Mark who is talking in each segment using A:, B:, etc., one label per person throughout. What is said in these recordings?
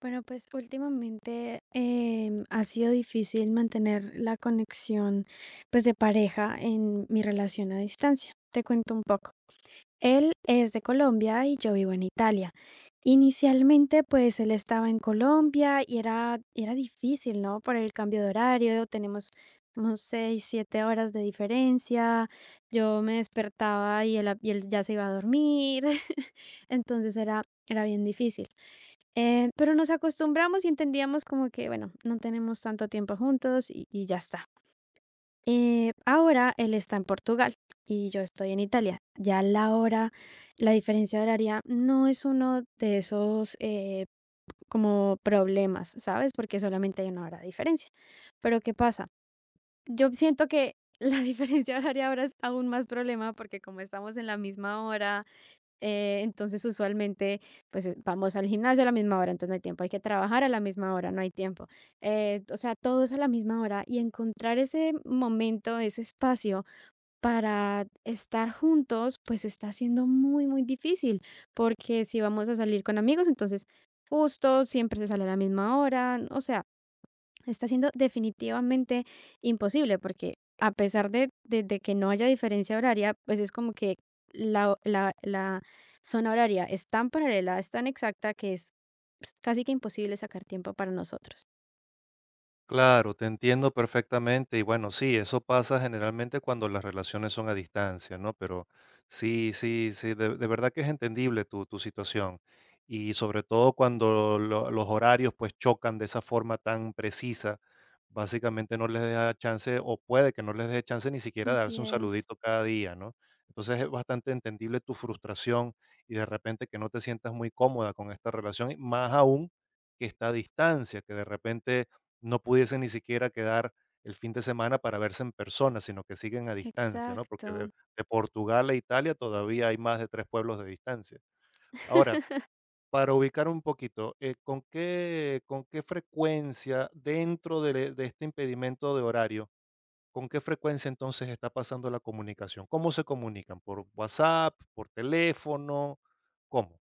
A: Bueno, pues últimamente ha sido difícil mantener la conexión pues de pareja en mi relación a distancia. Te cuento un poco. Él es de Colombia y yo vivo en Italia. Inicialmente, pues él estaba en Colombia y era difícil, ¿no? Por el cambio de horario, tenemos unos seis, siete horas de diferencia. Yo me despertaba y él ya se iba a dormir. Entonces era bien difícil. Pero nos acostumbramos y entendíamos como que, bueno, no tenemos tanto tiempo juntos y ya está. Ahora él está en Portugal y yo estoy en Italia. Ya la diferencia horaria no es uno de esos como problemas, ¿sabes? Porque solamente hay una hora de diferencia. Pero ¿qué pasa? Yo siento que la diferencia horaria ahora es aún más problema porque como estamos en la misma hora, entonces, usualmente, vamos al gimnasio a la misma hora, entonces no hay tiempo, hay que trabajar a la misma hora, no hay tiempo. O sea, todo es a la misma hora y encontrar ese momento, ese espacio para estar juntos, pues está siendo muy, muy difícil, porque si vamos a salir con amigos, entonces justo siempre se sale a la misma hora, o sea, está siendo definitivamente imposible porque a pesar de que no haya diferencia horaria, pues es como que la zona horaria es tan paralela, es tan exacta que es, pues, casi que imposible sacar tiempo para nosotros.
B: Claro, te entiendo perfectamente y bueno, sí, eso pasa generalmente cuando las relaciones son a distancia, ¿no? Pero sí, sí, sí, de verdad que es entendible tu situación y sobre todo cuando los horarios pues chocan de esa forma tan precisa, básicamente no les da chance o puede que no les dé chance ni siquiera darse
A: Así
B: un
A: es,
B: saludito cada día, ¿no? Entonces es bastante entendible tu frustración y de repente que no te sientas muy cómoda con esta relación, y más aún que está a distancia, que de repente no pudiesen ni siquiera quedar el fin de semana para verse en persona, sino que siguen a distancia, ¿no? Porque de,
A: exacto.
B: de Portugal a Italia todavía hay más de tres pueblos de distancia. Ahora, para ubicar un poquito, ¿con qué frecuencia dentro de este impedimento de horario, con qué frecuencia entonces está pasando la comunicación? ¿Cómo se comunican? ¿Por WhatsApp? ¿Por teléfono? ¿Cómo?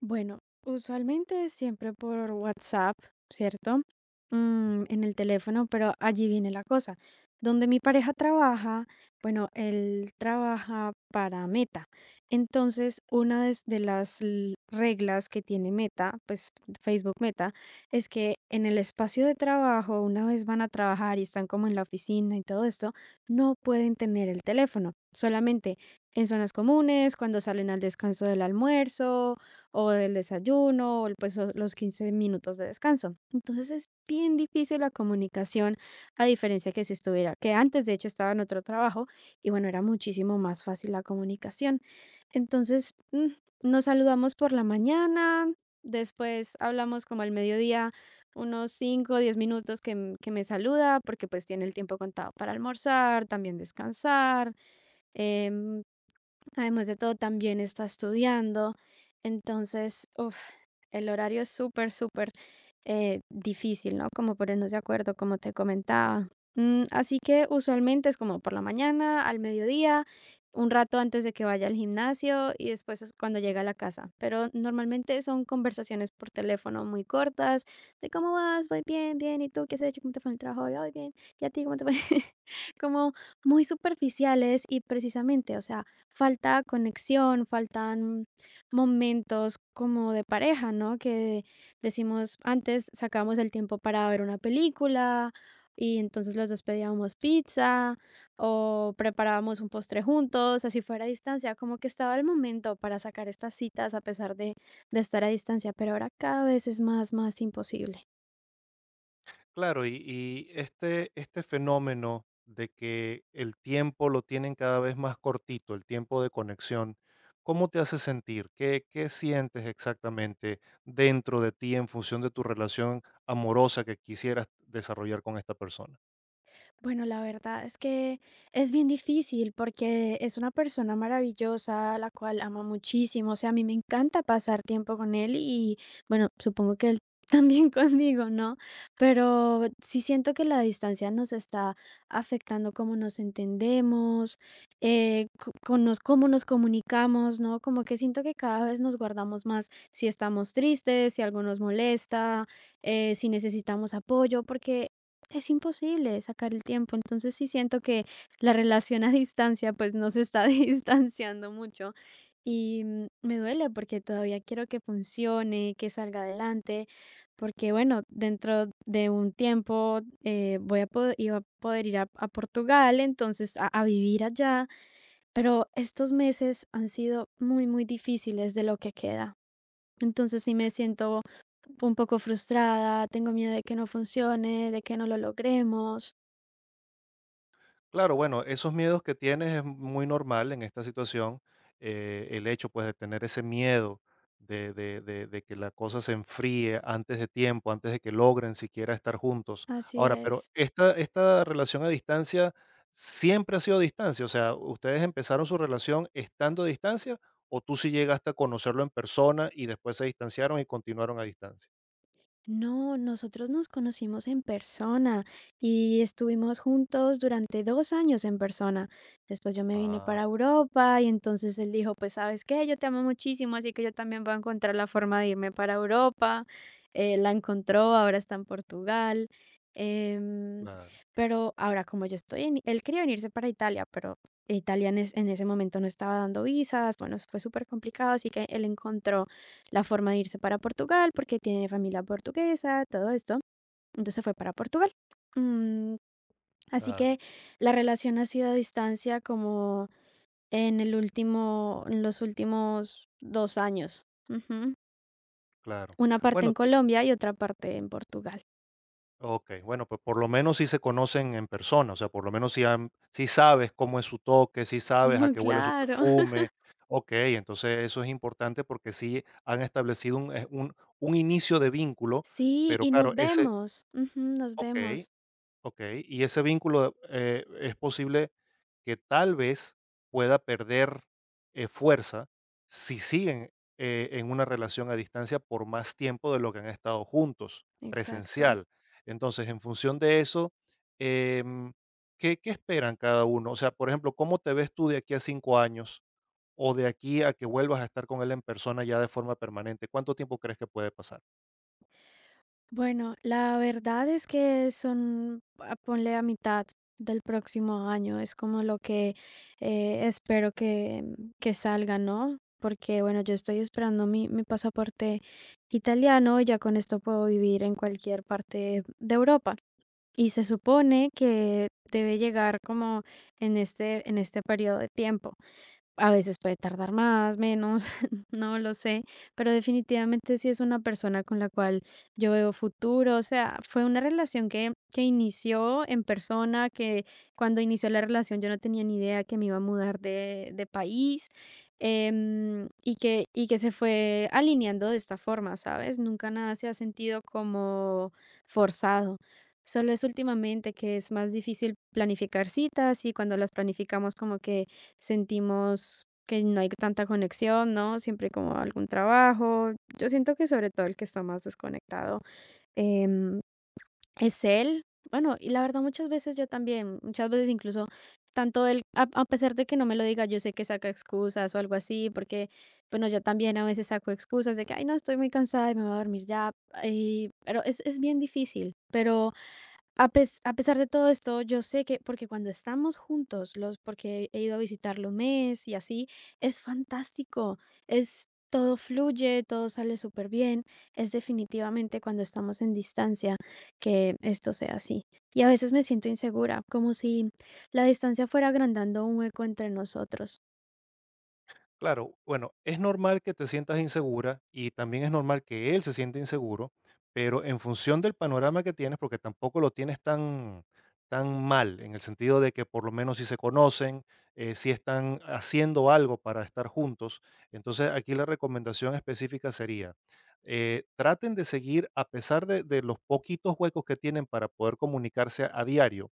A: Bueno, usualmente siempre por WhatsApp, ¿cierto? En el teléfono, pero allí viene la cosa. Donde mi pareja trabaja, bueno, él trabaja para Meta. Entonces, una de las reglas que tiene Meta, pues Facebook Meta, es que en el espacio de trabajo, una vez van a trabajar y están como en la oficina y todo esto, no pueden tener el teléfono. Solamente en zonas comunes, cuando salen al descanso del almuerzo o el desayuno, o los 15 minutos de descanso. Entonces es bien difícil la comunicación, a diferencia que si estuviera, que antes de hecho estaba en otro trabajo y bueno, era muchísimo más fácil la comunicación. Entonces, nos saludamos por la mañana, después hablamos como al mediodía, unos cinco o 10 minutos que me saluda, porque pues tiene el tiempo contado para almorzar, también descansar. em, Además de todo, también está estudiando. Entonces, uf, el horario es súper, súper difícil, ¿no? Como ponernos de acuerdo, como te comentaba. Así que usualmente es como por la mañana, al mediodía, un rato antes de que vaya al gimnasio y después es cuando llega a la casa. Pero normalmente son conversaciones por teléfono muy cortas, de cómo vas, voy bien, bien, ¿y tú qué has hecho? ¿Cómo te fue en el trabajo hoy? "Ay, bien, ¿y a ti cómo te fue?". Como muy superficiales y precisamente, o sea, falta conexión, faltan momentos como de pareja, ¿no? Que decimos, antes sacábamos el tiempo para ver una película y entonces los dos pedíamos pizza o preparábamos un postre juntos, así fuera a distancia, como que estaba el momento para sacar estas citas a pesar de estar a distancia, pero ahora cada vez es más, más imposible.
B: Claro, y, y este fenómeno de que el tiempo lo tienen cada vez más cortito, el tiempo de conexión, ¿cómo te hace sentir? ¿Qué sientes exactamente dentro de ti en función de tu relación amorosa que quisieras desarrollar con esta persona?
A: Bueno, la verdad es que es bien difícil porque es una persona maravillosa, la cual ama muchísimo. O sea, a mí me encanta pasar tiempo con él y, bueno, supongo que él también conmigo, ¿no? Pero sí siento que la distancia nos está afectando cómo nos entendemos, cómo nos comunicamos, ¿no? Como que siento que cada vez nos guardamos más si estamos tristes, si algo nos molesta, si necesitamos apoyo, porque es imposible sacar el tiempo, entonces sí siento que la relación a distancia, pues, nos está distanciando mucho y, me duele porque todavía quiero que funcione, que salga adelante, porque, bueno, dentro de un tiempo, voy a poder iba a poder ir a Portugal, entonces a vivir allá, pero estos meses han sido muy, muy difíciles de lo que queda. Entonces sí me siento un poco frustrada, tengo miedo de que no funcione, de que no lo logremos.
B: Claro, bueno, esos miedos que tienes es muy normal en esta situación, el hecho pues de tener ese miedo de que la cosa se enfríe antes de tiempo, antes de que logren siquiera estar juntos.
A: Así
B: Ahora, pero
A: es.
B: esta relación a distancia siempre ha sido a distancia, o sea, ¿ustedes empezaron su relación estando a distancia o tú sí llegaste a conocerlo en persona y después se distanciaron y continuaron a distancia?
A: No, nosotros nos conocimos en persona y estuvimos juntos durante 2 años en persona. Después yo me vine para
B: Ah,
A: Europa y entonces él dijo, pues sabes qué, yo te amo muchísimo, así que yo también voy a encontrar la forma de irme para Europa. La encontró, ahora está en Portugal. Em,
B: claro,
A: pero ahora como yo estoy en, él quería venirse para Italia, pero Italia en ese momento no estaba dando visas, bueno, fue súper complicado, así que él encontró la forma de irse para Portugal, porque tiene familia portuguesa, todo esto. Entonces se fue para Portugal. Mm, Así
B: claro,
A: que la relación ha sido a distancia como en los últimos 2 años. Ujú.
B: claro.
A: Una parte
B: Bueno,
A: en Colombia y otra parte en Portugal.
B: okey, bueno, pues, por lo menos sí se conocen en persona, o sea, por lo menos sí han sí sabes cómo es su toque, sí sabes a
A: No,
B: qué huele su
A: claro.
B: perfume. Okey, entonces eso es importante porque sí han establecido un inicio de vínculo,
A: Sí,
B: pero
A: y
B: claro,
A: nos
B: ese
A: vemos. Ujú, nos
B: okey.
A: vemos.
B: Ok, y ese vínculo, es posible que tal vez pueda perder, fuerza si siguen, en una relación a distancia por más tiempo de lo que han estado juntos,
A: Exacto.
B: presencial. Entonces, en función de eso, em, ¿qué esperan cada uno? O sea, por ejemplo, ¿cómo te ves tú de aquí a 5 años o de aquí a que vuelvas a estar con él en persona ya de forma permanente? ¿Cuánto tiempo crees que puede pasar?
A: Bueno, la verdad es que son, ah, ponle a mitad del próximo año, es como lo que espero que salga, ¿no? Porque bueno, yo estoy esperando mi pasaporte italiano y ya con esto puedo vivir en cualquier parte de Europa. Y se supone que debe llegar como en este periodo de tiempo. A veces puede tardar más, menos, no lo sé, pero definitivamente sí es una persona con la cual yo veo futuro, o sea, fue una relación que inició en persona, que cuando inició la relación yo no tenía ni idea que me iba a mudar de país, y que se fue alineando de esta forma, ¿sabes? Nunca nada se ha sentido como forzado. Solo es últimamente que es más difícil planificar citas y cuando las planificamos como que sentimos que no hay tanta conexión, ¿no? Siempre como algún trabajo. Yo siento que sobre todo el que está más desconectado em, es él. Bueno, y la verdad muchas veces yo también, muchas veces incluso tanto él, a pesar de que no me lo diga, yo sé que saca excusas o algo así, porque, bueno, yo también a veces saco excusas de que, ay, no, estoy muy cansada y me voy a dormir ya. Y, pero es bien difícil, pero a pesar de todo esto, yo sé que porque cuando estamos juntos, los porque he ido a visitarlo un mes y así, es fantástico, es todo fluye, todo sale súper bien. Es definitivamente cuando estamos en distancia que esto sea así. Y a veces me siento insegura, como si la distancia fuera agrandando un hueco entre nosotros.
B: Claro, bueno, es normal que te sientas insegura y también es normal que él se sienta inseguro, pero en función del panorama que tienes, porque tampoco lo tienes tan, tan mal, en el sentido de que por lo menos si se conocen, si están haciendo algo para estar juntos, entonces aquí la recomendación específica sería, traten de seguir, a pesar de los poquitos huecos que tienen para poder comunicarse a diario.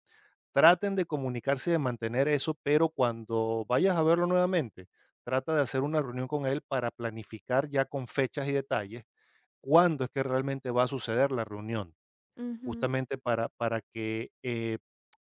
B: Traten de comunicarse y de mantener eso, pero cuando vayas a verlo nuevamente, trata de hacer una reunión con él para planificar ya con fechas y detalles cuándo es que realmente va a suceder la reunión,
A: Ujú,
B: justamente para, para que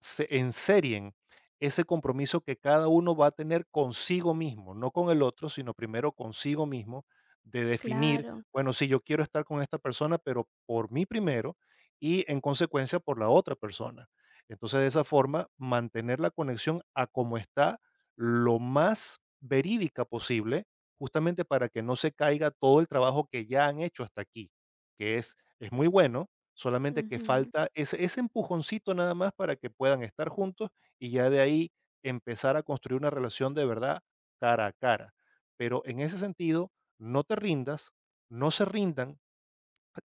B: se enserien ese compromiso que cada uno va a tener consigo mismo, no con el otro, sino primero consigo mismo, de definir,
A: claro,
B: bueno, si yo quiero estar con esta persona, pero por mí primero y en consecuencia por la otra persona. Entonces, de esa forma, mantener la conexión a como está lo más verídica posible, justamente para que no se caiga todo el trabajo que ya han hecho hasta aquí, que es muy bueno, solamente que
A: ujú,
B: falta ese empujoncito nada más para que puedan estar juntos y ya de ahí empezar a construir una relación de verdad cara a cara. Pero en ese sentido, no te rindas, no se rindan,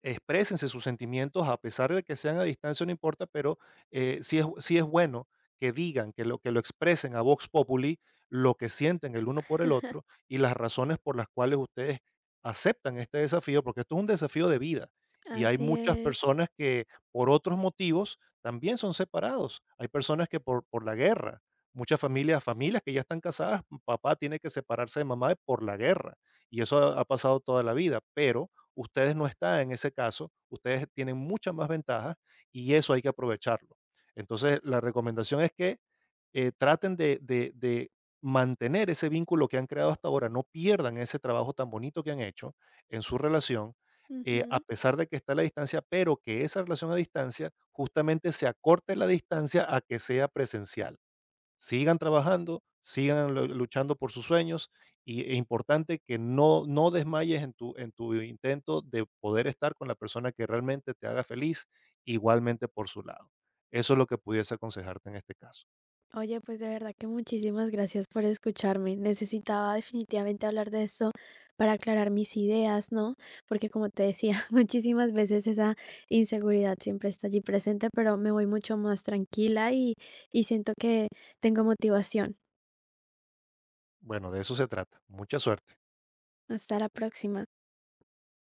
B: exprésense sus sentimientos a pesar de que sean a distancia, no importa, pero sí es bueno que digan, que lo expresen a Vox Populi, lo que sienten el uno por el otro y las razones por las cuales ustedes aceptan este desafío, porque esto es un desafío de vida. Y hay
A: así
B: muchas
A: es,
B: personas que por otros motivos también son separados. Hay personas que por la guerra, muchas familias, familias que ya están casadas, papá tiene que separarse de mamá por la guerra. Y eso ha pasado toda la vida, pero ustedes no están en ese caso, ustedes tienen muchas más ventajas y eso hay que aprovecharlo. Entonces, la recomendación es que traten de mantener ese vínculo que han creado hasta ahora, no pierdan ese trabajo tan bonito que han hecho en su relación, a
A: ujú.
B: pesar de que está a la distancia, pero que esa relación a distancia justamente se acorte la distancia a que sea presencial, sigan trabajando, sigan luchando por sus sueños y es importante que no, no desmayes en tu intento de poder estar con la persona que realmente te haga feliz igualmente por su lado. Eso es lo que pudiese aconsejarte en este caso.
A: Oye, pues de verdad que muchísimas gracias por escucharme. Necesitaba definitivamente hablar de eso para aclarar mis ideas, ¿no? Porque como te decía, muchísimas veces esa inseguridad siempre está allí presente, pero me voy mucho más tranquila y siento que tengo motivación.
B: Bueno, de eso se trata. Mucha suerte.
A: Hasta la próxima.